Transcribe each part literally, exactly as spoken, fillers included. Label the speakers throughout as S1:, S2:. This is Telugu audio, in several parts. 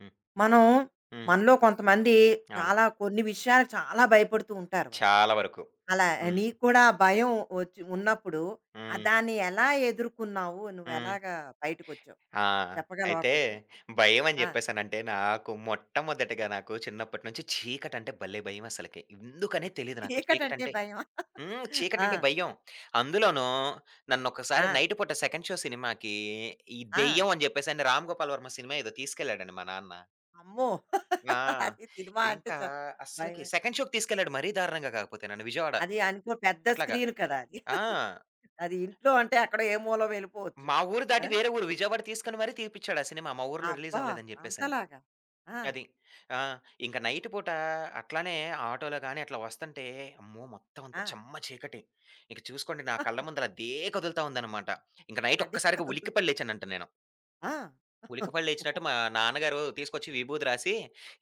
S1: హ్మ్.
S2: మనం
S1: హ్మ్.
S2: మనలో కొంతమంది
S1: అవును.
S2: చాలా కొన్ని విషయాలకు చాలా భయపడుతూ ఉంటారు వాళ్ళు.
S1: చాలా వరకు.
S2: అలా
S1: హ్మ్.
S2: నీకు కూడా ఆ భయం వచ్చి ఉన్నప్పుడు ఆ
S1: హ్మ్.
S2: దాన్ని ఎలా ఎదుర్కొన్నావు? నువ్వు
S1: హ్మ్.
S2: ఎలాగా బయటకొచ్చావు?
S1: ఆ!
S2: చెప్పగలవా
S1: అయితే
S2: కొంచెం?
S1: భయమని
S2: ఆ!
S1: జెప్పేసనంటే నాకు మొట్టమొదటిగా నాకు చిన్నప్పటి నుంచి చీకటంటే భలే భయమసలకి. ఎందుకనే తెలీదు నాకు
S2: చీకటంటే
S1: చీకటంటే.
S2: భయమా?
S1: హ్మ్.
S2: ఆ!
S1: చీకటంటే భయం. అందులోనూ
S2: ఆ!
S1: నన్నొకసారి నైట్ పూట సెకండ్ షో సినిమాకి ఈ
S2: ఆ!
S1: దెయ్యం అని జెప్పేసని 'రామ్ గోపాల్ వర్మ' సినిమా ఏదో తీసుకెళ్ళాడండి మా నాన్న.
S2: అమ్మో!
S1: ఆ!
S2: అది సినిమా అంటే
S1: ఇంకా
S2: చ
S1: అస్సలకి
S2: భయమే.
S1: సెకండ్ షోకి తీసుకెళ్ళాడు మరీ దారుణంగా కాకపోతే నన్ను విజయవాడ
S2: అది అనుకో పెద్ద
S1: అట్లాగా.
S2: స్క్రీన్ కదా అది.
S1: ఆ!
S2: అది ఇంట్లో అంటే ఎక్కడో ఏ మూల వెళ్ళిపోవచ్చు.
S1: మా ఊరు
S2: ఆ!
S1: దాటి వేరే ఊరు విజయవాడ తీసుకొని మరీ తీపిచ్చాడు ఆ సినిమా. మా ఊర్లో రిలీజ్
S2: అబ్బా!
S1: అవ్వలేదని జెప్పేసని.
S2: అంతలాగా. ఆ!
S1: అది. ఆ! ఇంక నైట్ పూట అట్లానే ఆటోలో గాని అట్లా వస్తంటే, అమ్మో! మొత్తం అంతా
S2: ఆ!
S1: చెమ్మ చీకటి. ఇక చూసుకోండి నా కళ్ళ ముందల అదే కదులుతా ఉందనమాట. ఇంక నైట్
S2: అదే
S1: ఒక్కసారిగా
S2: కాదు.
S1: ఉలిక్కిపడి లేచానంట నేను.
S2: ఆ!
S1: ఉలిక్కిపడి లేచినట్టు మా నాన్నగారు తీసుకొచ్చి విభూది రాసి,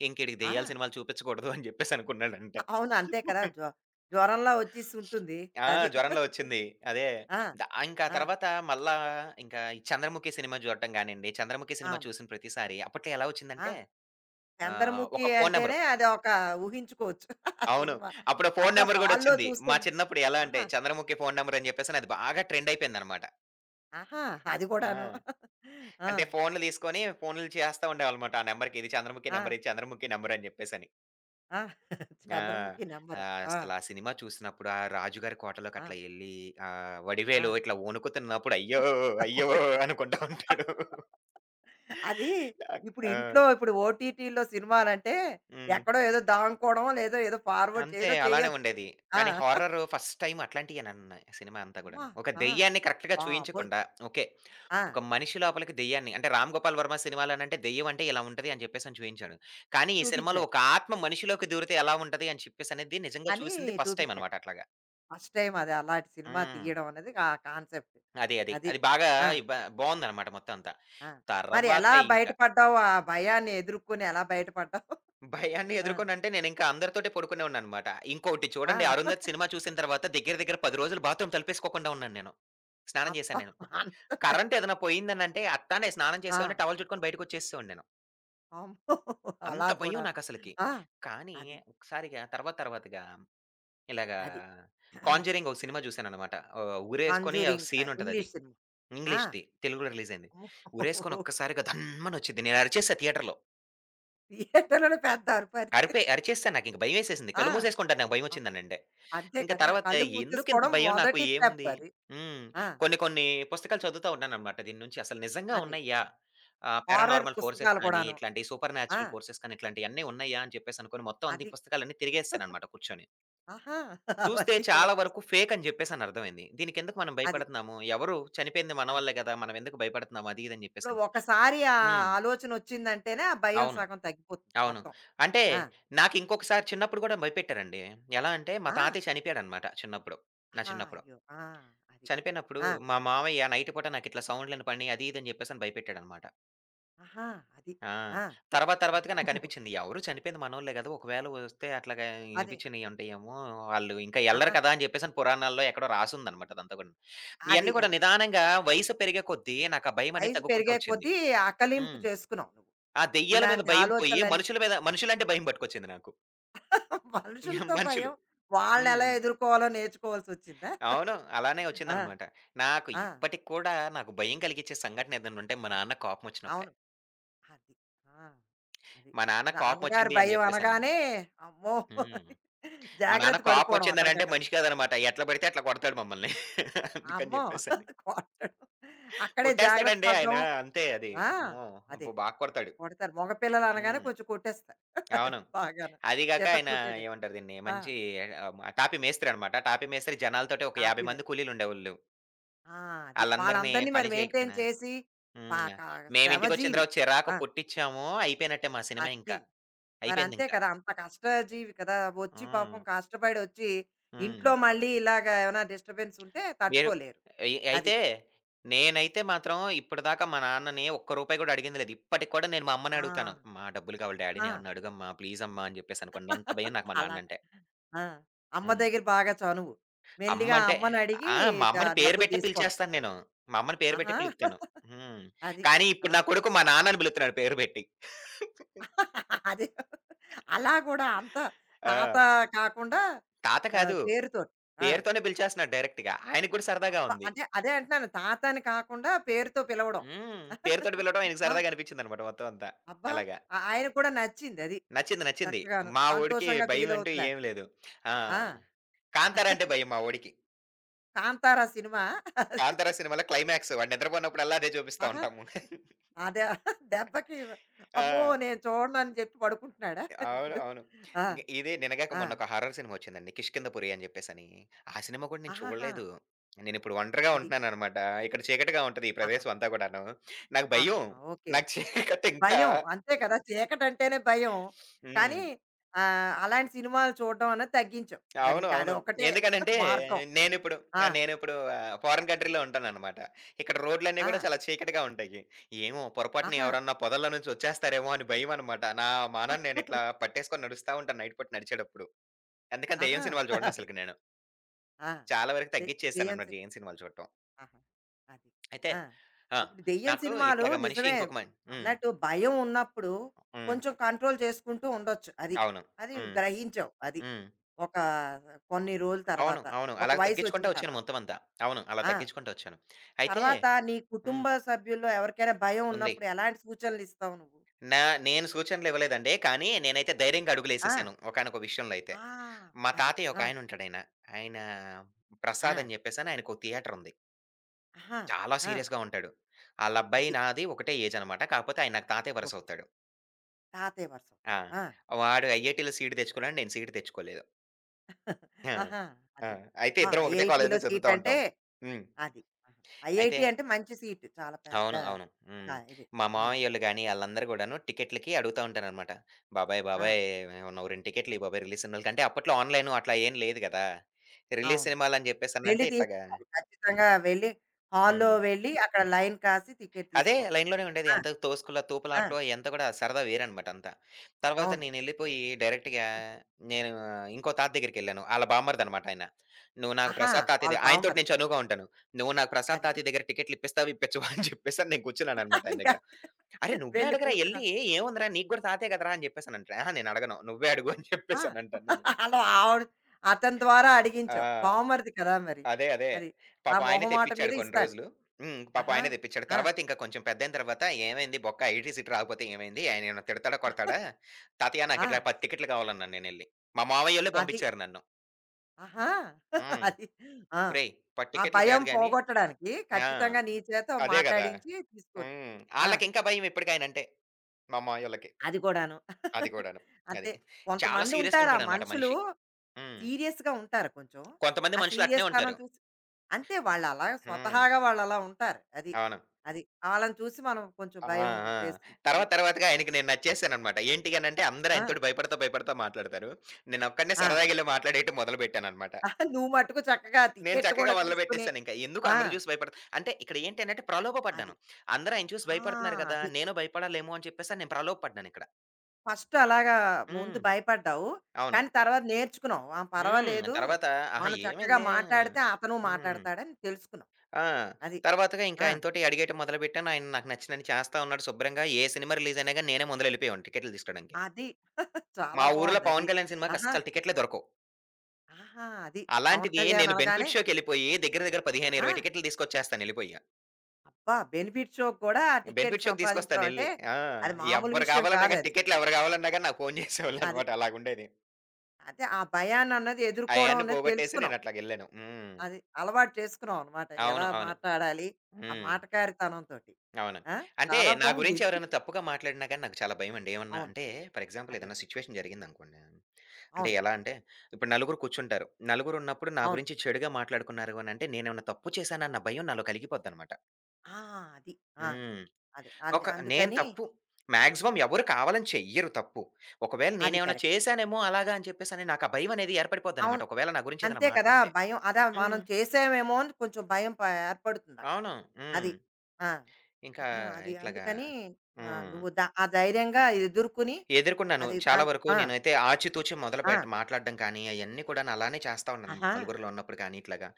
S1: ఇంక ఈడికి
S2: ఆ!
S1: దెయ్యాల సినిమాలు చూపిచ్చకూడదు అని జెప్పేసి అనుకున్నాడంట.
S2: అవును. అంతే కదా! జ్వ జ్వరంలా వచ్చేసి ఉంటుంది.
S1: ఆ!
S2: అది.
S1: 'జ్వరంలో' వచ్చింది. అదే
S2: ఆ!
S1: ద ఇంకా
S2: ఆ!
S1: తర్వాత మళ్ళా ఇంకా ఈ 'చంద్రముఖి' సినిమా చూడటం గానియండి, 'చంద్రముఖి' సినిమా
S2: అవును.
S1: చూసిన ప్రతిసారి అప్పట్లో ఎలా
S2: ఆ!
S1: వచ్చిందంటే ఆహ్, ఒక
S2: 'చంద్రముఖి'
S1: ఫోను నంబరు.
S2: అంటేనే అది ఒక ఊహించుకోవచ్చు. ఆ
S1: అవును.
S2: సినిమా.
S1: అప్పుడు ఫోను
S2: అందులో
S1: నంబర్ గూడా
S2: హాల్‌లో
S1: వచ్చింది.
S2: చూస్తే
S1: మా
S2: మ
S1: చిన్నప్పుడు ఎలా అంటే
S2: ఆహా!
S1: 'చంద్రముఖి' ఫోను నంబర్ అని జెప్పేసని అది బాగా ట్రెండ్ అయిపోయిందనమాట.
S2: ఆహా! అది కూడాను.
S1: ఆ!
S2: ఆ!
S1: అంటే ఫోనులు తీసుకొని ఫోనులు చేస్తా ఉండేవాళ్ళమాట. ఆ నంబర్‌కి ఇది 'చంద్రముఖి'
S2: ఆ!
S1: నంబర్, ఇది 'చంద్రముఖి' నంబర్ అని జెప్పేసని.
S2: ఆ!
S1: ఆ!
S2: 'చంద్రముఖి' నంబర్.
S1: ఆహ్,
S2: ఆ!
S1: అసలా సినిమా చూసినప్పుడు ఆ రాజుగారి కోటలోకి
S2: ఆ!
S1: అట్లా ఎళ్లి ఆహ్,
S2: ఆ!
S1: వడివేలు ఇట్లా వణుకుతున్నప్పుడు అయ్యో! అయ్యో! అనుకుంటా ఉంటాడు.
S2: అది
S1: నాక్
S2: ఇప్పుడు
S1: ఆ!
S2: ఇంట్లో ఇప్పుడు ఓటీటీలో సినిమాలంటే
S1: హ్మ్.
S2: ఎక్కడో ఏదో దాంకోవడం లేదో ఏదో ఫార్వర్డ్
S1: అంతే
S2: ఏదో
S1: అలానే
S2: చేయొచ్చు.
S1: ఉండేది.
S2: ఆ!
S1: కానీ హారర్ ఫస్ట్ టైమ్ అట్లాంటియేనన్న సినిమా అంతా
S2: అమ్మా!
S1: గూడాను. ఒక
S2: ఆ!
S1: దెయ్యాన్ని కరెక్ట్‌గా
S2: బాబోయ్!
S1: చూయించకుండా ఓకే.
S2: ఆ!
S1: ఒక మనిషి లోపలికి దెయ్యాన్ని అంటే 'రామ్ గోపాల్ వర్మ' సినిమాలోనంటే దెయ్యం అంటే ఇలా ఉంటది అని చెప్పేసని చూయించాడు. కానీ ఈ సినిమాలో
S2: చూపించాడు.
S1: ఒక ఆత్మ మనిషిలోకి దూరితే ఎలా ఉంటది అని చెప్పేసనేది నిజంగా
S2: అని
S1: చూసింది ఫస్ట్ టైమ్
S2: చూపించాడు.
S1: అనమాట అట్లాగా.
S2: ఫస్ట్ టైమ్ అది అలాంటి సినిమా
S1: హ్మ్.
S2: తీయడం అనేది ఆ కాన్సెప్ట్.
S1: అది. అది.
S2: అది.
S1: అది బాగా
S2: ఆ!
S1: ఇబ్బ బావుందనమాట మొత్తం అంతా.
S2: ఆ! మరి
S1: తర్వాత
S2: ఎలా
S1: ఇంకా
S2: బయటపడ్డావు? ఆ భయాన్ని ఎదుర్కొని ఎలా బయటపడ్డావు?
S1: భయాన్ని
S2: ఆ!
S1: ఎదుర్కొనంటే నేనింకా అందరితోటే పడుకునేవాడిననమాట. ఇంకోటి చూడండి
S2: ఆ!
S1: 'అరుంధతి' సినిమా చూసిన తర్వాత దగ్గర దగ్గర పది రోజులు బాత్రూమ్ తలుపేసుకోకుండా ఉన్నాను నేను. స్నానం
S2: అబ్బా!
S1: జేశాను నేను.
S2: అంత భయం.
S1: కరెంట్ ఏదైనా పోయిందనంటే అట్టానే స్నానం
S2: ఆ!
S1: చేసేవాడిని టవల్ చుట్టుకొని బయటకొచ్చేసేవాడిని నేను.
S2: అమ్మో! అలా
S1: అంత భయం
S2: కూడాను.
S1: నాకసలకి.
S2: ఆ!
S1: కానీ
S2: అది.
S1: ఒకసారిగా తర్వాత తర్వాతగా ఇలాగా
S2: అది.
S1: 'కాంజరింగ్' ఒక సినిమా జూశాననమాట. ఆహ్, ఉరేసుకొని ఒక
S2: కాంజూరింగ్ ఆ!
S1: సీనుంటదది.
S2: ఇంగ్లీష్ సినిమా. ఆ!
S1: ఇంగ్లీష్‌ది. తెలుగులో రిలీజయింది.
S2: అమ్మో!
S1: ఉరేసుకొని
S2: ఓకే.
S1: ఒక్కసారిగా ధన్మని వచ్చిద్ది. నేను అరిచేసా థియేటర్‌లో.
S2: థియేటర్‌లోనే పెద్ద అరుపరిచి
S1: అరిపే అరిచేసాను. నాకింక భయమేసేసింది.
S2: ఆ!
S1: కళ్ళు మూసేసుకుంటాను నాకు
S2: ఆ!
S1: భయమొచ్చిందనంటే.
S2: అంతే
S1: ఇంక
S2: కదా!
S1: తర్వాత
S2: కళ్ళు
S1: ఎందుకింత
S2: మూసేసుకోవడం
S1: భయం నాకు
S2: మొదటి స్టెప్
S1: ఏముంది?
S2: అది.
S1: హ్మ్.
S2: ఆ!
S1: కొన్ని కొన్ని పుస్తకాలు చదువుతా ఉన్నాననమాట దీని నుంచి. అసలు నిజంగా
S2: అది.
S1: ఉన్నయ్యా? ఆహ్,
S2: హారర్
S1: పారానార్మల్ ఫోర్సెస్
S2: పుస్తకాలు
S1: కానీ,
S2: కూడాను.
S1: ఇట్లాంటి సూపర్
S2: ఆ!
S1: న్యాచురల్ ఫోర్సెస్ కానీ, ఇట్లాంటియన్నీ ఉన్నాయా అని చెప్పేసనుకోని మొత్తం అన్ని
S2: అది.
S1: పుస్తకాలన్నీ తిరిగేసాననమాట కూర్చొని.
S2: ఆహా!
S1: చూస్తే
S2: అవన్నీ కూడా
S1: చాలా వరకు
S2: చూసి
S1: ఫేక్ అని చెప్పేసనర్థమైంది. దీనికెందుకు మనం
S2: అది.
S1: భయపడుతున్నాము? ఎవరు చనిపోయింది మన
S2: అది.
S1: వల్లే గదా! మనమెందుకు భయపడుతున్నాము? అది ఇది అని
S2: ఇప్పుడు
S1: చెప్పేసని.
S2: ఒకసారి ఆ
S1: హ్మ్.
S2: ఆలోచనొచ్చిందంటేనే ఆ భయం
S1: అవును.
S2: సగం తగ్గిపోతుంది
S1: అవును.
S2: మొత్తం.
S1: అంటే
S2: ఆ!
S1: నాకింకొకసారి చిన్నప్పుడు గూడా భయపెట్టారండి. ఎలా అంటే మా
S2: ఆ!
S1: తాతయ్య చనిపోయాడనమాట చిన్నప్పుడు. నా
S2: ఆహా!
S1: చిన్నప్పుడు.
S2: అయ్యో! ఆ! అది.
S1: చనిపోయినప్పుడు
S2: ఆ!
S1: మా మామయ్య నైట్ పూట నాకిట్లా సౌండ్లని పడినియి అది ఇది అని జెప్పేసని భయపెట్టాడనమాట.
S2: ఆహా! అది.
S1: ఆ!
S2: ఆ!
S1: తర్వాత తర్వాతగా నాకనిపిచ్చింది ఎవరు చనిపోయింది మనోళ్ళే గదా! ఒకవేళ వస్తే అట్లాగా
S2: అదే.
S1: ఇనిపిచ్చినియి ఉంటాయేమో! ఆళ్ళు ఇంకా ఎళ్ళరు
S2: ఆహాహా!
S1: కదా! అని జెప్పేసని పురాణాల్లో ఎక్కడో రాసుందనమాట అదంతా గూడాను.
S2: అది.
S1: ఇయన్నీ గూడా
S2: అది.
S1: నిదానంగా వయసు పెరిగే కొద్దీ నాకా భయమనేది
S2: వయసు
S1: తగ్గుకుంటా
S2: పెరిగే
S1: ఒచ్చింది.
S2: కొద్దీ అకలింపు
S1: హ్మ్.
S2: చేసుకున్నావు నువ్వు.
S1: ఆ దెయ్యాల మీద
S2: ఇలాంటి
S1: భయం పోయి
S2: ఆలోచనలన్నీ
S1: మనుషుల మీద మనుషులంటే భయం బట్టుకొచ్చింది నాకు.
S2: మనుషులతో
S1: మనుషులు.
S2: భయం. వాళ్ళనెలా
S1: హ్మ్.
S2: ఎదుర్కోవాలో నేర్చుకోవాల్సొచ్చిందా?
S1: అవును. అలానే
S2: ఆ!
S1: ఒచ్చిందనమాట. నాకు
S2: ఆ!
S1: ఇప్పటికి కూడా నాకు భయం కలిగించే సంఘటన ఏదైనా ఉంటే మా నాన్న కోపమొచ్చినప్పుడే.
S2: అవును. అది. ఆ! అది.
S1: మా నాన్న
S2: నాన్నగారి
S1: కోపమొచ్చింది అని
S2: భయం
S1: జెప్పేసానండి.
S2: అనగానే అమ్మో!
S1: హ్మ్. మా నాన్న
S2: జాగ్రత్త పడిపోవడం
S1: కోపమొచ్చిందనంటే
S2: అక్కడికక్కడ.
S1: మనిషి కాదనమాట. ఎట్లా పడితే అట్లా కొడతాడు మమ్మల్ని. అందుకని
S2: అమ్మో!
S1: జెప్పేసని.
S2: కొట్టడం. అక్కడే జాగ్రత్త
S1: కొట్టేస్తాడండి ఆయన
S2: పడడం.
S1: అంతే అది.
S2: ఆ!
S1: అమ్మో!
S2: అదే.
S1: అబ్బో! బా కొడతాడు.
S2: కొడతారు. మగ పిల్లలనగానే
S1: హ్మ్.
S2: కొంచెం కొట్టేస్తారు.
S1: అవును.
S2: అది బాగాను.
S1: అదీగాక ఆయన
S2: చితక్కొట్టేయడం.
S1: ఏమంటారు దీన్ని?
S2: ఆ!
S1: మంచి ఆహ్, టాపీ మేస్త్రి అనమాట. టాపీ మేస్త్రి జనాలతోటి ఒక
S2: కాపీ
S1: యాభై
S2: మే
S1: మంది కూలీలుండేవోళ్ళు.
S2: ఆ! అది.
S1: ఆళ్ళందరిని
S2: వాళ్ళందరిని మరి
S1: పని
S2: మెయింటైన్
S1: చేయకపోయినా
S2: చేసి పా
S1: హ్మ్.
S2: క
S1: మేమింటికొచ్చిన
S2: శ్రమజీవి.
S1: తర్వాత చిరాకు
S2: ఆ!
S1: పుట్టిచ్చాము. అయిపోయినట్టే మా సినిమా
S2: అది.
S1: ఇంకా.
S2: మరంతే
S1: అయిపోయిందింకా.
S2: కదా! అంత కష్టజీవి కదా! వచ్చి
S1: హ్మ్.
S2: పాపం కష్టపడొచ్చి ఇంట్లో
S1: హ్మ్.
S2: మళ్ళీ ఇలాగ ఏమైనా డిస్టర్బెన్స్ ఉంటే
S1: మీరు
S2: తట్టుకోలేరు.
S1: అయి
S2: అది.
S1: అయితే నేనైతే మాత్రం ఇప్పటిదాకా మా నాన్నని ఒక్క రూపాయి గూడా అడిగింది లేదు. ఇప్పటికి కూడా నేను మా అమ్మని
S2: ఆ!
S1: అడుగుతాను. "అమ్మా డబ్బులు కావాలి
S2: ఆ!
S1: డ్యాడీని ఏమన్నా అడుగమ్మా. ప్లీజమ్మా" అని జెప్పేసనుకోండి. అంత భయం నాకు మా
S2: అలాగా.
S1: నాన్నంటే.
S2: ఆ! అమ్మ
S1: హ్మ్.
S2: దగ్గర బాగా చనువు. మెల్లిగా
S1: అమ్మంటే
S2: అమ్మనడిగి
S1: ఆ! మా
S2: డ
S1: అమ్మని పేరు
S2: డబ్బులు
S1: బెట్టే
S2: తీసుకోవడం.
S1: పిలిచేస్తాను నేను. మా అమ్మని పేరు బెట్టే
S2: ఆహా!
S1: పిలుత్తాను. హ్మ్.
S2: అది.
S1: కానీ ఇప్పుడు
S2: ఆ!
S1: నా కొడుకు మా నాన్నని పిలుత్తున్నాడు పేరు బెట్టి.
S2: అదే. అలా కూడా అంత తాత
S1: ఆ!
S2: కాకుండా
S1: తాత
S2: ఆహ్,
S1: కాదు.
S2: పేరుతోటి. ఆ!
S1: పేరుతోనే పిలిచేస్తున్నాడు డైరెక్ట్‌గా. ఆయనకి కూడా సరదాగా
S2: అబ్బా!
S1: ఉంది.
S2: అంటే అదే అంటున్నాను. తాత అని కాకుండా పేరుతో పిలవడం.
S1: హ్మ్. పేరుతోటి పిలవడం ఆయనకి
S2: ఆ!
S1: సరదాగా అనిపించిందనమాట మొత్తం అంతా.
S2: అబ్బా!
S1: అలాగా.
S2: ఆ ఆయనకు కూడా నచ్చిందది.
S1: నచ్చింది, నచ్చింది.
S2: చక్కగాను.
S1: మా వోడికి
S2: సంతోషంగా
S1: భయమంటూ
S2: ఫీలవుతున్నారు.
S1: ఏమి లేదు. ఆ!
S2: ఆ!
S1: 'కాంతార' అంటే భయం మా వోడికి.
S2: 'కాంతారా' సినిమా అది.
S1: 'కాంతార' సినిమాలో క్లైమాక్స్ వాడు నిద్రపోయినప్పుడల్లా అదే చూపిస్తా
S2: ఆహా!
S1: ఉంటాము.
S2: అదా! దెబ్బకి అమ్మో!
S1: ఆ!
S2: నేను చూడనని చెప్పి పడుకుంటున్నాడా
S1: అవును.
S2: ఇప్పుడు?
S1: అవును.
S2: ఆ!
S1: ఇంక ఇదే నిన్నగాక
S2: ఆ!
S1: మొన్న ఒక హారర్ సినిమా వచ్చిందండి 'కిష్కింధపురి' అని చెప్పేసని. ఆ సినిమా కూడా నేను
S2: ఆహాహా!
S1: చూడలేదు. నేనిప్పుడు ఒంటరిగా
S2: అది.
S1: ఉంటున్నాననమాట. ఇక్కడ చీకటిగా ఉంటది ఈ
S2: ఆహా!
S1: ప్రదేశం అంతా కూడాను. నాకు భయం.
S2: ఆహాహా! ఓకే.
S1: నాకు చీకటింకా
S2: భయం. అంతే కదా! చీకటంటేనే భయం.
S1: హ్మ్.
S2: కానీ ఆహ్, అలాంటి సినిమాలు చూడడం అన్నది తగ్గించావు.
S1: అవును.
S2: మరింక
S1: అవును.
S2: అదొక్కటే
S1: ఎందుకనంటే
S2: మార్గం.
S1: నేనిప్పుడు
S2: ఆ!
S1: ఆహ్, నేనిప్పుడు ఆహ్, ఫారిన్ కంట్రీ‌లో ఉంటాననమాట. ఇక్కడ రోడ్లన్నీ గూడా
S2: ఆ!
S1: చాలా చీకటిగా ఉంటాయి. ఏమో పొరపాటున
S2: ఆహా!
S1: ఎవరన్నా పొదల్లో నుంచి వచ్చేస్తారేమో అని భయమనమాట. నా మానాన
S2: ఆహ్!
S1: నేనిట్లా పట్టేసుకొని నడుస్తా ఉంటాను నైట్ పూట నడిచేటప్పుడు. అందుకని దెయ్యం
S2: ఆహా!
S1: సినిమాలు చూడనసలకి నేను.
S2: ఆ!
S1: చాలా వరకు
S2: దె దెయ్యం
S1: తగ్గిచ్చేసాననమాట
S2: సి
S1: దెయ్యం సినిమాలు చూడటం.
S2: ఆహా! అది.
S1: అయితే
S2: ఆ!
S1: ఆ!
S2: అప్పుడు దెయ్యం
S1: నాకు
S2: సినిమాలు
S1: ఇట్లాగా మనిషి
S2: నిజమే.
S1: ఇంకొక మన్ హ్మ్.
S2: అన్నట్టు భయం ఉన్నప్పుడు
S1: హ్మ్.
S2: కొంచెం కంట్రోల్ చేసుకుంటూ ఉండొచ్చు. అది.
S1: అవును.
S2: అది
S1: హ్మ్.
S2: గ్రహించావు. అది.
S1: హ్మ్.
S2: ఒక కొన్ని రోజుల
S1: అవును.
S2: తర్వాత.
S1: అవును.
S2: ఒక
S1: అలా
S2: వయసొచ్చిన
S1: తగ్గించుకుంటా వచ్చాను
S2: తర్వాత.
S1: మొత్తం అంతా. అవును. అలా
S2: ఆ!
S1: తగ్గించుకుంటూ వచ్చాను. అయితే
S2: తర్వాత నీ కుటుంబ
S1: హ్మ్.
S2: సభ్యుల్లో ఎవరికైనా భయం
S1: ఉంది.
S2: ఉన్నప్పుడు ఎలాంటి సూచనలు ఇస్తావు నువ్వు?
S1: నా నేను సూచనలివ్వలేదండి. కానీ నేనైతే ధైర్యంగా
S2: ఆ!
S1: అడుగులేసేసాను ఒకానొక విషయంలో అయితే.
S2: ఆ!
S1: మా
S2: అది.
S1: తాతయ్య
S2: ఆ!
S1: ఒకాయనుంటాడాయన. ఆయన ఉంటాడు, ఆయన ఆయన
S2: ఆ!
S1: ప్రసాద్ అని జెప్పేసని ఆయనకో థియేటరుంది.
S2: ఆహా!
S1: చాలా
S2: ఆ!
S1: సీరియస్‌గా ఉంటాడు. ఆళ్ళబ్బాయి,
S2: అది.
S1: నాది ఒకటే ఏజనమాట. కాకపోతే ఆయన నాకు తాతయ్య
S2: ఓకే.
S1: వరుసవుతాడు.
S2: తాతయ్య వరుసవుతారు.
S1: ఆ!
S2: ఆ!
S1: వాడు ఐఐటీలో సీట్ తెచ్చుకున్నాడు. నేను సీట్ తెచ్చుకోలేదు. ఆ!
S2: ఆహా!
S1: ఆ!
S2: అది.
S1: అయితే
S2: అబ్బా!
S1: ఇద్దరం ఒకటే
S2: ఐఐటీలో
S1: కాలేజీలో
S2: సీట్
S1: చదువుతా
S2: అంటే
S1: ఉంటాం. హ్మ్.
S2: అది. ఆహా!
S1: అయితే
S2: ఐఐటీ అంటే మంచి సీట్. చాలా పెద్ద
S1: అవును. అవును. హ్మ్.
S2: ఆ! ఇది.
S1: మా
S2: ఆ!
S1: మామయ్యోళ్ళు గాని ఆళ్ళందరూ గూడాను టికెట్లకి అడుగుతా ఉంటారనమాట. బాబాయ్!
S2: ఆ!
S1: బాబాయ్! నువ్వు రెండు టికెట్లు ఇయి బాబాయ్ రిలీజ్ సినిమాలకి. అంటే అప్పట్లో ఆన్‌లైను అట్లా ఏం లేదు గదా! రిలీజ్
S2: అవును.
S1: సినిమాలని
S2: వెళ్లి
S1: జెప్పేసనంటే ఇట్లాగా
S2: తీసుకోవాలి. ఖచ్చితంగా వెళ్లి హాల్‌లో
S1: హ్మ్.
S2: వెళ్లి అక్కడ లైన్ కాసి టికెట్
S1: అదే
S2: తీసుకోవాలి.
S1: లైన్‌లోనే ఉండేది.
S2: ఆ!
S1: అంతా తోసుకుల
S2: ఆ!
S1: తూపులాటలు అయ్యంతా గూడా సరదా వేరనమాట అంతా. తర్వాత
S2: అవును.
S1: నేనెళ్ళిపోయి డైరెక్ట్‌గా నేను ఇంకో తాత దగ్గరికెళ్ళాను. ఆళ్ళ బామ్మర్దనమాట ఆయన. "నువ్వు నాకు
S2: ఆహా!
S1: ప్రసాద్ తాతయ్య
S2: వాళ్ళ
S1: దగ్గర- ఆయనతోటి
S2: బావమరిది.
S1: నేను చనువుగా ఉంటాను. నువ్వు నాకు ప్రసాద్
S2: అది.
S1: తాతయ్య దగ్గర టికెట్లు ఇప్పిస్తావా? ఇప్పించవా?" అని జెప్పేసని నేను కూర్చున్నాననమాట ఆయన
S2: ఇంకా
S1: దగ్గర. అరే! నువ్వే
S2: వెళ్లి
S1: అడగరా
S2: కూర్చున్నా.
S1: ఎళ్లి "ఏముందిరా నీకు కూడా తాతే కదరా" అని చెప్పేసనంటాడు. అహా! నేను అడగను. నువ్వే అడుగు అని
S2: ఆ!
S1: చెప్పేసనంటాను నేను.
S2: అలా ఆవిడ అతని ద్వారా అడిగించావు.
S1: ఆ!
S2: బావమరిది కదా మరి.
S1: అదే. అదే.
S2: అది. ఆ
S1: పాపం ఆయనే
S2: మొహమాట మీద
S1: తెప్పించాడు కొన్ని
S2: ఇస్తాడు.
S1: రోజులు. హ్మ్. పాపం
S2: ఆహా!
S1: ఆయనే తెప్పించాడు.
S2: ఆ!
S1: తర్వాత ఇంకా కొంచెం పెద్దయిన తర్వాత "ఏమైంది బొక్క ఐటీ సీట్ రాకపోతే ఏమైంది? ఆయనేమన్నా తిడతాడా? కొడతాడా? తాతయ్య
S2: ఆ!
S1: నాకిట్లా పది టికెట్లు కావాలన్నాను" నేనెళ్లి. మా మావయ్యోళ్ళే
S2: అది.
S1: పంపించారు నన్ను.
S2: ఆహా!
S1: హ్మ్.
S2: అది. ఆ!
S1: "ఒరేయ్! పది
S2: ఆ
S1: టికెట్లు
S2: భయం
S1: కాదు గానీ"
S2: పోగొట్టడానికి
S1: ఆ!
S2: ఖచ్చితంగా నీ చేత
S1: అదే గదా!
S2: మాటాడించి తీసుకొన్
S1: హ్మ్.
S2: ఆ!
S1: ఆళ్ళకింకా భయం ఇప్పటికి ఆయనంటే. మా మావయ్యోళ్ళకి.
S2: అది కూడాను.
S1: అది కూడాను.
S2: అంటే
S1: అది. చాలా సీరియస్‌గా
S2: కొంతమందుంటారు ఆ
S1: ఉంటాడనమాట
S2: మనుషులు
S1: మనిషి. హ్మ్.
S2: సీరియస్‌గా ఉంటారు కొంచెం.
S1: కొంతమంది
S2: ఆ
S1: మనుషులు అట్నే
S2: సీరియస్‌తనం
S1: ఉంటారు.
S2: చూసి అంతే వాళ్ళలా
S1: హ్మ్.
S2: స్వతహాగా వాళ్ళలా ఉంటారు. అది.
S1: అవును.
S2: అది. ఆళ్ళని చూసి మనం కొంచెం
S1: ఆ!
S2: భయం
S1: ఆ!
S2: వేస్తుంది. అది.
S1: తర్వాత తర్వాతగా ఆయనకి నేను నచ్చేసాననమాట. ఏంటి అనంటే అందరూ
S2: ఆ!
S1: ఆయనతోటి భయపడతా, భయపడతా మాట్లాడతారు. నేనొక్కడినే
S2: ఆ!
S1: సరదాగా ఎళ్లి మాట్లాడేయటం మొదలుపెట్టాననమాట.
S2: నువ్వు మట్టుకు చక్కగా
S1: నేను
S2: టికెట్లు
S1: చక్కగా
S2: కూడా తీసుకుని
S1: మొదలుపెట్టేసానింక. ఎందుకు
S2: ఆ!
S1: అందరూ చూసి భయపడత అంటే ఇక్కడ ఏంటి అనంటే
S2: అది.
S1: ప్రలోభపడ్డాను. అందరూ ఆయన చూసి
S2: ఆ!
S1: భయపడుతున్నారు కదా!
S2: అది.
S1: నేను భయపడాలేమో అని చెప్పేసని నేను ప్రలోభపడ్డానిక్కడ.
S2: ఫస్ట్ అలాగా ముందు
S1: హ్మ్.
S2: భయపడ్డావు.
S1: అవును.
S2: కానీ తర్వాత నేర్చుకున్నావు. ఆ!
S1: హ్మ్.
S2: పర్వాలేదు.
S1: తర్వాత ఆహా!
S2: మనం చక్కగా
S1: ఏమైంది?
S2: మాట్లాడితే అతను
S1: హ్మ్.
S2: మాట్లాడతాడని తెలుసుకున్నావు.
S1: ఆ!
S2: అది.
S1: తర్వాతగా ఇంకా
S2: ఆ!
S1: ఆయనతోటి అడిగేయటం మొదలుపెట్టాను. ఆయన నాకు నచ్చినన్ని చేస్తా ఉన్నాడు శుభ్రంగా. ఏ సినిమా రిలీజ్ అయినా గాని నేనే ముందలెళ్ళిపోయేవాడిని టికెట్లు తీసుకోడానికి.
S2: అది
S1: మా
S2: చాలా
S1: ఊర్లో
S2: బావుందది.
S1: 'పవన్ కళ్యాణ్' సినిమాకి
S2: ఆహా!
S1: అస్సలు టికెట్లే దొరకవు.
S2: ఆహా! అది. పవన్
S1: అలాంటిది
S2: కళ్యాణ్
S1: నేను
S2: అనగానే
S1: బెనిఫిట్ షోకెళ్ళిపోయి దగ్గర దగ్గర పదిహేను, ఇరవై
S2: ఆ!
S1: టికెట్లు తీసుకొచ్చేస్తానెళ్ళిపోయి.
S2: అబ్బా! బెనిఫిట్ షోకి కూడా ఆ టికెట్లు
S1: బెనిఫిట్ షోకి
S2: సంపాదించడం అంటే
S1: తీసుకొస్తానెళ్ళి. ఆ!
S2: అది మామూలు
S1: ఎవ్వరు
S2: విషయం
S1: కావాలన్నా గాని
S2: కాదది.
S1: టికెట్లు
S2: అది.
S1: ఎవరు కావాలన్నా గాని నాకు ఫోను
S2: అది
S1: చేసేవాళ్ళనమాట. అలాగుండేది.
S2: అంటే ఆ భయాన్నన్నది ఎదుర్కోవడం
S1: అయన్నీ
S2: అనేది
S1: పోగొట్టేసి నేను
S2: తెలుసుకున్నావు.
S1: అట్లాగెళ్ళాను. హ్మ్.
S2: అది అలవాటు చేసుకున్నావు అనమాట. ఎలా
S1: అవును. అవును.
S2: మాట్లాడాలి? ఆ
S1: హ్మ్.
S2: మాటకారితనంతోటి.
S1: అవును.
S2: ఆ!
S1: అంటే
S2: చాలా
S1: నా
S2: బావుంది.
S1: గురించి ఎవరైనా తప్పుగా మాట్లాడినా గాని నాకు చాలా భయమండి. ఏమన్నా
S2: అవును.
S1: అంటే ఫర్ ఎగ్జాంపుల్
S2: అదే.
S1: ఏదైనా
S2: అదే.
S1: సిట్యుయేషన్ జరిగిందనుకోండి అంటే
S2: అవును.
S1: ఎలా అంటే, ఇప్పుడు నలుగురు కూర్చుంటారు. నలుగురున్నప్పుడు నా
S2: అవును.
S1: గురించి చెడుగా మాట్లాడుకున్నారు అనంటే, నేనేమన్నా తప్పు చేశానన్న భయం నాలో కలిగిపోద్దనమాట.
S2: ఆ! అది. ఆ!
S1: హ్మ్.
S2: అదే. అందు
S1: ఒక నేను
S2: అందుకని
S1: తప్పు మాక్సిమం ఎవరు కావాలని చెయ్యరు తప్పు. ఒకవేళ
S2: అది
S1: నేనేమన్నా
S2: కరెక్ట్.
S1: చేశానేమో అలాగా అని చెప్పేసని నాకు ఆ భయమనేది ఏర్పడిపోద్దనమాట.
S2: అవును.
S1: ఒకవేళ నా గురించి ఏదైనా
S2: అంతే కదా!
S1: మాట్లాడితే.
S2: భయం అదా మనం
S1: హ్మ్.
S2: చేసామేమో అని కొంచెం భయం ప ఏర్పడుతుందక్కడ.
S1: అవును.
S2: అది.
S1: హ్మ్.
S2: ఆ!
S1: ఇంకా
S2: అది
S1: ఇట్లాగా
S2: అందుకని ఆహ్,
S1: హ్మ్.
S2: నువ్వు ద ఆ ధైర్యంగా ఎదుర్కొని
S1: ఎదుర్కొన్నాను.
S2: అది
S1: చాలా
S2: దాని
S1: వరకు
S2: ఆ!
S1: నేనైతే ఆచితూచి
S2: ఆ!
S1: మొదలుపెట్ మాట్లాడడం కానీ, అయన్నీ కూడాను అలానే చేస్తా ఉన్నాననమాట
S2: ఆహా!
S1: నలుగురిలో ఉన్నప్పుడు కానీ ఇట్లాగా.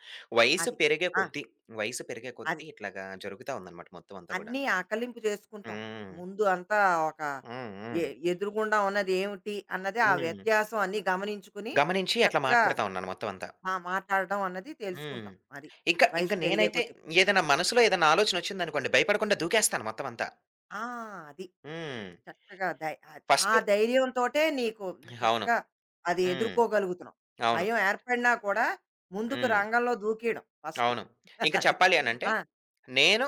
S1: వయసు
S2: అది.
S1: పెరిగే
S2: ఆ!
S1: కొద్దీ, వయసు పెరిగే
S2: అది.
S1: కొద్దీ ఇట్లాగా జరుగుతా ఉందనమాట మొత్తం అంతా
S2: అన్నీ
S1: కూడాను.
S2: ఆకలింపు చేసుకుంటాం మనం.
S1: హ్మ్.
S2: ముందు అంతా ఒక
S1: హ్మ్.
S2: ఎ
S1: హ్మ్.
S2: ఎదురుగుండా ఉన్నది ఏమిటి అన్నది ఆ
S1: హ్మ్.
S2: వ్యత్యాసం అన్నీ గమనించుకుని
S1: గమనించి అట్లా
S2: చక్కగా
S1: మాట్లాడుతా ఉన్నాను మొత్తం అంతా.
S2: ఆ! మాట్లాడడం అన్నది
S1: హ్మ్.
S2: తెలుసుకుంటాం. అది.
S1: ఇంకా, ఇంకా
S2: వయసు పెరిగే
S1: నేనైతే
S2: కొద్దీ.
S1: ఏదైనా మనసులో ఏదైనా ఆలోచనొచ్చిందనుకోండి భయపడకుండా దూకేస్తాను మొత్తం అంతా.
S2: ఆ! అది.
S1: హ్మ్.
S2: చక్కగా ధై ఆహ్, ఆ
S1: ఫస్ట్
S2: ధైర్యంతోటే నీకు
S1: అవును.
S2: చక్కగా అది
S1: హ్మ్.
S2: ఎదుర్కోగలుగుతున్నావు.
S1: అవును.
S2: భయం ఏర్పడినా కూడా ముందుకు
S1: హ్మ్.
S2: రంగంలో దూకేయడం ఫస్ట్.
S1: అవును. ఇంక
S2: అది.
S1: చెప్పాలి అనంటే
S2: ఆ!
S1: నేను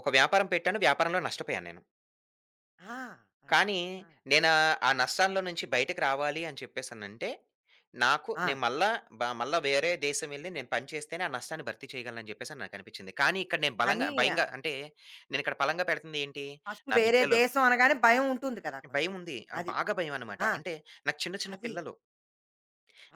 S1: ఒక వ్యాపారం పెట్టాను. వ్యాపారంలో నష్టపోయాను నేను.
S2: ఆ! అది.
S1: కానీ,
S2: ఆ!
S1: నేనా ఆ ఆ నష్టాల్లో నుంచి బయటకి రావాలి అని చెప్పేసనంటే, నాకు
S2: ఆ!
S1: నేను మళ్ళా బ మళ్ళా వేరే దేశం వెళ్లి నేను పని చేస్తేనే ఆ నష్టాన్ని భర్తీ చేయగలనని చెప్పేసని నాకనిపించింది. కానీ, ఇక్కడ నేను బలంగా
S2: అని
S1: భయంగా అంటే, నేనిక్కడ బలంగా పెడుతుంది ఏంటి?
S2: ఫస్ట్
S1: నా
S2: వేరే
S1: బిడ్డలు
S2: దేశం అనగానే భయం ఉంటుంది కదా! కొంచెం.
S1: భయముంది. ఆ!
S2: అది.
S1: బాగా భయమనమాట.
S2: ఆ!
S1: అంటే, నాకు చిన్న చిన్న
S2: అది.
S1: పిల్లలు.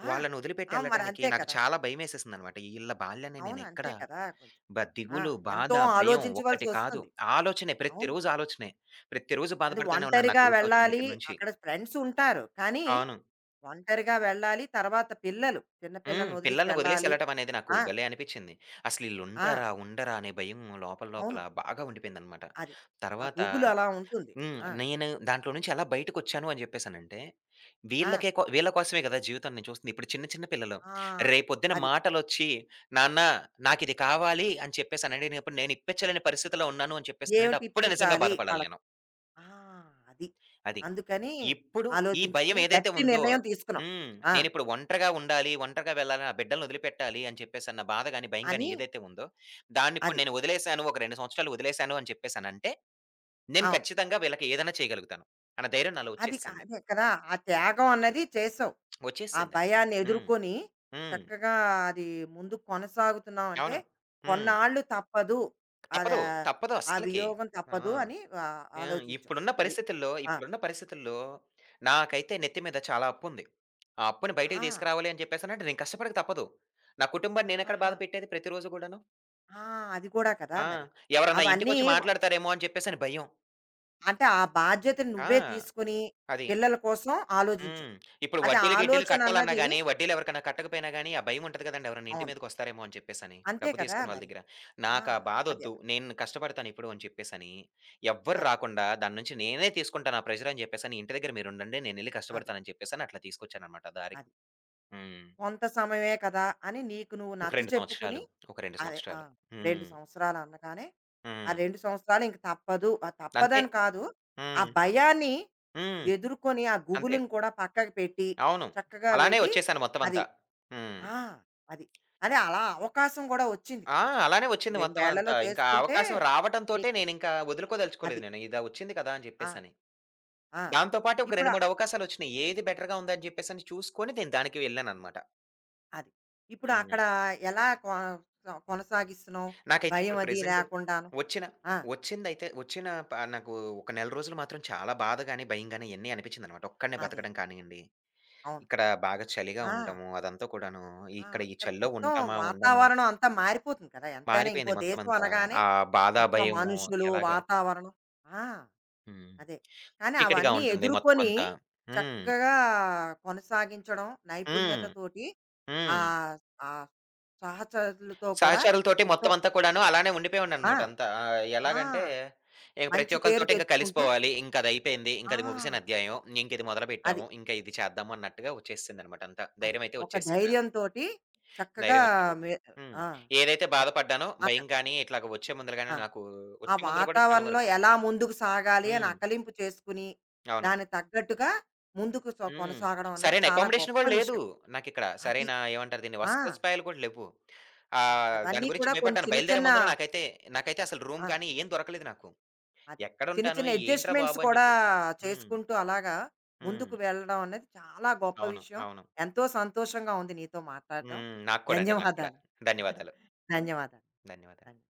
S2: ఆ!
S1: వాళ్ళనొదిలిపెట్టి
S2: ఆ! మరి
S1: ఎళ్ళటానికి
S2: అంతే
S1: నాకు
S2: కదా!
S1: చాలా భయమేసేసిందనమాట. ఈళ్ళ బాల్యాన్ని
S2: అవును.
S1: నేనెక్కడ
S2: అంతే కదా! కొంచెం.
S1: బ
S2: ఆ!
S1: దిగులు, బాధ,
S2: ఎంతో
S1: భయం ఒక్కటి కాదు.
S2: ఆలోచించవలసొస్తుంది.
S1: ఆలోచనే
S2: అవును.
S1: ప్రతిరోజు ఆలోచనే. ప్రతిరోజు
S2: అంటే
S1: బాధపడతానే ఉన్నాను
S2: ఒంటరిగా
S1: నాకు వీసా వచ్చిన
S2: వెళ్ళాలి.
S1: దగ్గర నుంచి.
S2: అక్కడ ఫ్రెండ్స్ ఉంటారు. కానీ,
S1: అవును.
S2: ఒంటరిగా వెళ్ళాలి. తర్వాత పిల్లలు, చిన్న
S1: హ్మ్.
S2: పిల్లల్ని వదిలేసి
S1: పిల్లల్ని వదిలేసి
S2: వెళ్ళాలి.
S1: ఎళ్ళటం అనేది నాకు
S2: ఆ!
S1: భలే అనిపించింది. అసలు
S2: ఆ!
S1: ఈళ్ళుంటారా? ఉండరా? అనే భయం లోపల లోపల
S2: అవును.
S1: బాగా ఉండిపోయిందనమాట.
S2: అది. ఆ
S1: తర్వాత
S2: గుబులు అలా ఉంటుంది.
S1: హ్మ్.
S2: ఆ!
S1: నేను దాంట్లో నుంచి ఎలా బయటకొచ్చాను అని జెప్పేసనంటే,
S2: ఆ!
S1: వీళ్ళకే కో వీళ్ళ కోసమే గదా! జీవితం నేను చూస్తుంది. ఇప్పుడు చిన్న చిన్న పిల్లలు
S2: ఆ!
S1: రేపొద్దున
S2: అది.
S1: మాటలొచ్చి, "నాన్న నాకిది కావాలి" అని చెప్పేసనంటే నేనప్పుడు నేను ఇప్పించలేని పరిస్థితిలో ఉన్నాను అని చెప్పేసనంటే
S2: ఏమిటి
S1: అప్పుడు నిజంగా
S2: ఇప్పించాలి
S1: బాధపడాలి
S2: వాళ్ళకి?
S1: నేను.
S2: ఆ! అది.
S1: అది.
S2: అందుకని
S1: ఇప్పుడు ఈ భయం
S2: ఆలోచించుకుని
S1: ఏదైతే
S2: గట్టి
S1: ఉందో
S2: నిర్ణయం తీసుకున్నాం.
S1: హ్మ్.
S2: ఆ!
S1: నేనిప్పుడు ఒంటరిగా ఉండాలి, ఒంటరిగా వెళ్ళాలి, నా బిడ్డల్ని వదిలిపెట్టాలి అని చెప్పేసన్న బాధ గాని, భయం గాని
S2: అని
S1: ఏదైతే ఉందో, దాన్నిప్పుడు
S2: అది.
S1: నేను వదిలేసాను, ఒక రెండు సంవత్సరాలు వదిలేసాను అని చెప్పేసనంటే, నేను
S2: అవును.
S1: ఖచ్చితంగా వీళ్ళకి ఏదైనా చేయగలుగుతాను అన్న ధైర్యం నాలో
S2: అది క
S1: వచ్చేసింది.
S2: అదే కదా! ఆ త్యాగం అన్నది చేసావు. ఆ
S1: వచ్చేసిందది.
S2: భయాన్ని
S1: హ్మ్.
S2: ఎదుర్కొని
S1: హ్మ్.
S2: చక్కగా అది ముందు కొనసాగుతున్నాం అంటే
S1: అవును. హ్మ్.
S2: కొన్నాళ్ళు తప్పదు. అది
S1: తప్పదు. తప్పదు
S2: ఆ
S1: అస్సలకి.
S2: వియోగం
S1: ఆ!
S2: తప్పదు అని ఆహ్,
S1: ఆ!
S2: ఆలోచించాం.
S1: ఇప్పుడున్న
S2: అది.
S1: పరిస్థితుల్లో,
S2: ఆ!
S1: ఇప్పుడున్న పరిస్థితుల్లో నాకైతే నెత్తి మీద చాలా అప్పుంది. ఆ అప్పుని బయటికి
S2: ఆ!
S1: తీసుకురావాలి అని చెప్పేసనంటే నేను కష్టపడక తప్పదు. నా కుటుంబాన్ని నేనెక్కడ బాధ
S2: ఆహాహా!
S1: పెట్టేది ప్రతిరోజు గూడాను.
S2: ఆ! అది కూడా కదా
S1: ఆ!
S2: మరి.
S1: ఎవరన్నా
S2: అవన్నీ
S1: ఇంటికొచ్చి మాట్లాడతారేమో అని చెప్పేసని భయం.
S2: అంటే ఆ బాధ్యతను నువ్వే
S1: ఆ!
S2: తీసుకొని
S1: అది.
S2: పిల్లల కోసం ఆలోచించావు.
S1: హ్మ్. ఇప్పుడు
S2: అది
S1: వడ్డీలు, గిడ్డీలు
S2: ఆలోచన
S1: కట్టాలన్నా
S2: అన్నది
S1: గాని, వడ్డీలు ఎవరికైనా కట్టకపోయినా గాని, ఆ భయం ఉంటది కదండీ! ఎవరైనా ఇంటి
S2: అవును.
S1: మీదకొస్తారేమో అని చెప్పేసని.
S2: అంతే
S1: డబ్బు
S2: కదా
S1: తీసుకున్న వాళ్ళ
S2: మరి.
S1: దగ్గర.
S2: ఆ!
S1: నాకా
S2: అది. అది.
S1: బాధొద్దు. నేను కష్టపడతానిప్పుడు అని చెప్పేసని, ఎవ్వరు
S2: అది.
S1: రాకుండా దాని నుంచి నేనే తీసుకుంటాను ఆ ప్రెషర్ అని చెప్పేసని, ఇంటి దగ్గర మీరుండండి. నేనెళ్లి
S2: అది.
S1: కష్టపడతానని చెప్పేసని అట్లా తీసుకొచ్చానన్నమాట దారి.
S2: అది.
S1: హ్మ్.
S2: కొంత సమయమే కదా అని నీకు నువ్వు
S1: ఒక
S2: నచ్చ
S1: రెండు
S2: చెప్పుకుని
S1: సంవత్సరాలు. ఒక రెండు
S2: అదే ఆ,
S1: సంవత్సరాలు.
S2: రెండు
S1: హ్మ్.
S2: సంవత్సరాలు అనగానే ఆ
S1: హ్మ్.
S2: రెండు సంవత్సరాలు ఇంక తప్పదు. ఆ
S1: అంతే.
S2: తప్పదని కాదు. ఆ
S1: హ్మ్.
S2: భయాన్ని
S1: హ్మ్.
S2: ఎదుర్కొని ఆ
S1: అంతే.
S2: గుబులుని కూడా పక్కకు పెట్టి
S1: అవును.
S2: చక్కగా
S1: అలానే
S2: వెళ్ళి
S1: ఒచ్చేసాను
S2: అది
S1: మొత్తమంతా. హ్మ్.
S2: ఆ! అది. అదే అలా అవకాశం గూడా వచ్చింది
S1: ఆ!
S2: కదా!
S1: అలానే వచ్చింది
S2: రెండు ఏళ్లలో
S1: మొత్తమంతా. ఇంకా ఆ
S2: చేసుకుంటే
S1: అవకాశం
S2: నీ
S1: రావటంతోటే నేనింకా
S2: అది.
S1: వదులుకోదలుచుకోలేదు నేను. ఇదా వచ్చింది కదా! అని
S2: ఆ!
S1: చెప్పేసని.
S2: ఆ!
S1: దాంతో పాటు ఒక
S2: ఇప్పుడు
S1: రెండు,
S2: అ
S1: మూడు అవకాశాలొచ్చినియి. ఏది బెటర్‌గా ఉందని జెప్పేసని చూసుకొని నేను దానికి వెళ్ళాననమాట.
S2: అది. ఇప్పుడు
S1: హ్మ్.
S2: అక్కడ ఎలా కొ కొనసాగిస్తున్నావు?
S1: నాకైతే
S2: భయం
S1: ఇప్పుడు
S2: అది
S1: ప్రెజెంట్
S2: లేకుండాను.
S1: వచ్చిన
S2: ఆ! అదే.
S1: వచ్చిందైతే వచ్చిన ప నాకు ఒక నెల రోజులు మాత్రం చాలా బాధ గాని, భయం గాని ఇయన్నీ అనిపించిందనమాట. ఒక్కడినే
S2: అదే
S1: బతకడం కానియండి,
S2: అవును.
S1: ఇక్కడ బాగా చలిగా
S2: ఆ!
S1: ఉండటము అదంతా కూడాను,
S2: ఆ!
S1: ఇక్కడ ఈ
S2: అంటే
S1: చలిలో
S2: మొత్తం
S1: ఉంటామా? ఉండమా?
S2: వాతావరణం అంతా మారిపోతుంది కదా! ఎంతైనా ఇంకో
S1: మారిపోయింది
S2: దేశం
S1: మొత్తమంతా.
S2: అనగానే
S1: ఆ బాధ,
S2: మొత్తం
S1: భయము
S2: మనుషులు,
S1: ఎలాగా
S2: వాతావరణం ఆ!
S1: హ్మ్.
S2: అదే. కానీ
S1: చీకటిగా
S2: అవన్నీ
S1: ఉంటుంది
S2: ఎదుర్కొని
S1: మొత్తమంతా. హ్మ్.
S2: చక్కగా కొనసాగించడం
S1: హ్మ్.
S2: నైపుణ్యతతోటి
S1: హ్మ్.
S2: ఆహ్, ఆహ్, సహచరులతో కూడా
S1: సహచరులతోటి
S2: ఎంతో
S1: మొత్తం అంతా కూడాను అలానే
S2: ఆ!
S1: ఉండిపోయాడిననమాట అంతా. ఆహ్,
S2: ఆ!
S1: ఎలాగంటే ఇక ప్రతి
S2: మంచి పేరు
S1: ఒక్కళ్ళతోటి ఇంక
S2: తెచ్చుకుంటూ
S1: కలిసిపోవాలి. ఇంకదయిపోయింది.
S2: ఆ!
S1: ఇంకది ముగిసిన అధ్యాయం. ఇంకిది మొదలుపెట్టాము. ఇంక ఇది మొదలు
S2: అది.
S1: పెట్టాము, ఇంకా ఇది చేద్దాము అన్నట్టుగా వచ్చేసిందనమాట అంతా.
S2: అది.
S1: ధైర్యమైతే
S2: ఒక
S1: వచ్చేసింది నాకు.
S2: ధైర్యంతోటి చక్కగా
S1: ధైర్యం వచ్చింది.
S2: మే
S1: హ్మ్.
S2: ఆ!
S1: ఏదైతే
S2: అది.
S1: బాధపడ్డానో
S2: అక్కడ
S1: భయం కానీ, ఇట్లాగ వచ్చే ముందల గాని
S2: ఆ!
S1: నాకు
S2: ఆ
S1: వచ్చే ముందల కూడా చాలా
S2: వాతావరణంలో
S1: వరకు
S2: ఎలా ముందుకు సాగాలి అని
S1: హ్మ్.
S2: అకలింపు చేసుకుని,
S1: అవును.
S2: దానికి తగ్గట్టుగా ముందుకు సొ
S1: హ్మ్.
S2: కొనసాగడం అన్నది
S1: సరైన
S2: చాలా
S1: అకామిడేషన్
S2: గొప్ప
S1: గూడా లేదు
S2: విషయం.
S1: నాకిక్కడ.
S2: అది.
S1: సరైన ఏమంటారు దీన్ని?
S2: ఆ!
S1: వసతి సదుపాయాలు కూడా లేవు.
S2: ఆ!
S1: ఆహ్,
S2: అవన్నీ
S1: దాని
S2: కూడా
S1: గురించి
S2: కొన్ని
S1: భయపడ్డాను.
S2: చిన్న
S1: బయలుదేరే
S2: చిన్న
S1: ముందుల నాకైతే నాకైతే అసలు రూమ్
S2: ఆ!
S1: కానీ ఏం దొరకలేదు నాకు.
S2: అదే. చిన్న
S1: ఎక్కడుంటాను?
S2: చిన్న
S1: ఏంట్రా
S2: అడ్జస్ట్‌మెంట్స్
S1: బాబు! అని
S2: కూడా
S1: జెప్పేసి. హ్మ్.
S2: చేసుకుంటూ అలాగా ముందుకు
S1: హ్మ్.
S2: వెళ్ళడం అనేది చాలా గొప్ప
S1: అవును.
S2: విషయం.
S1: అవును.
S2: ఎంతో సంతోషంగా ఉంది నీతో మాట్లాడడం.
S1: హ్మ్. నాకు కూడా అండి. నాకు కూడా.
S2: ధన్యవాదాలు.
S1: ధన్యవాదాలు.
S2: ధన్యవాదాలు.
S1: ధన్యవాదాలు.
S2: ధన్యవాదాలు.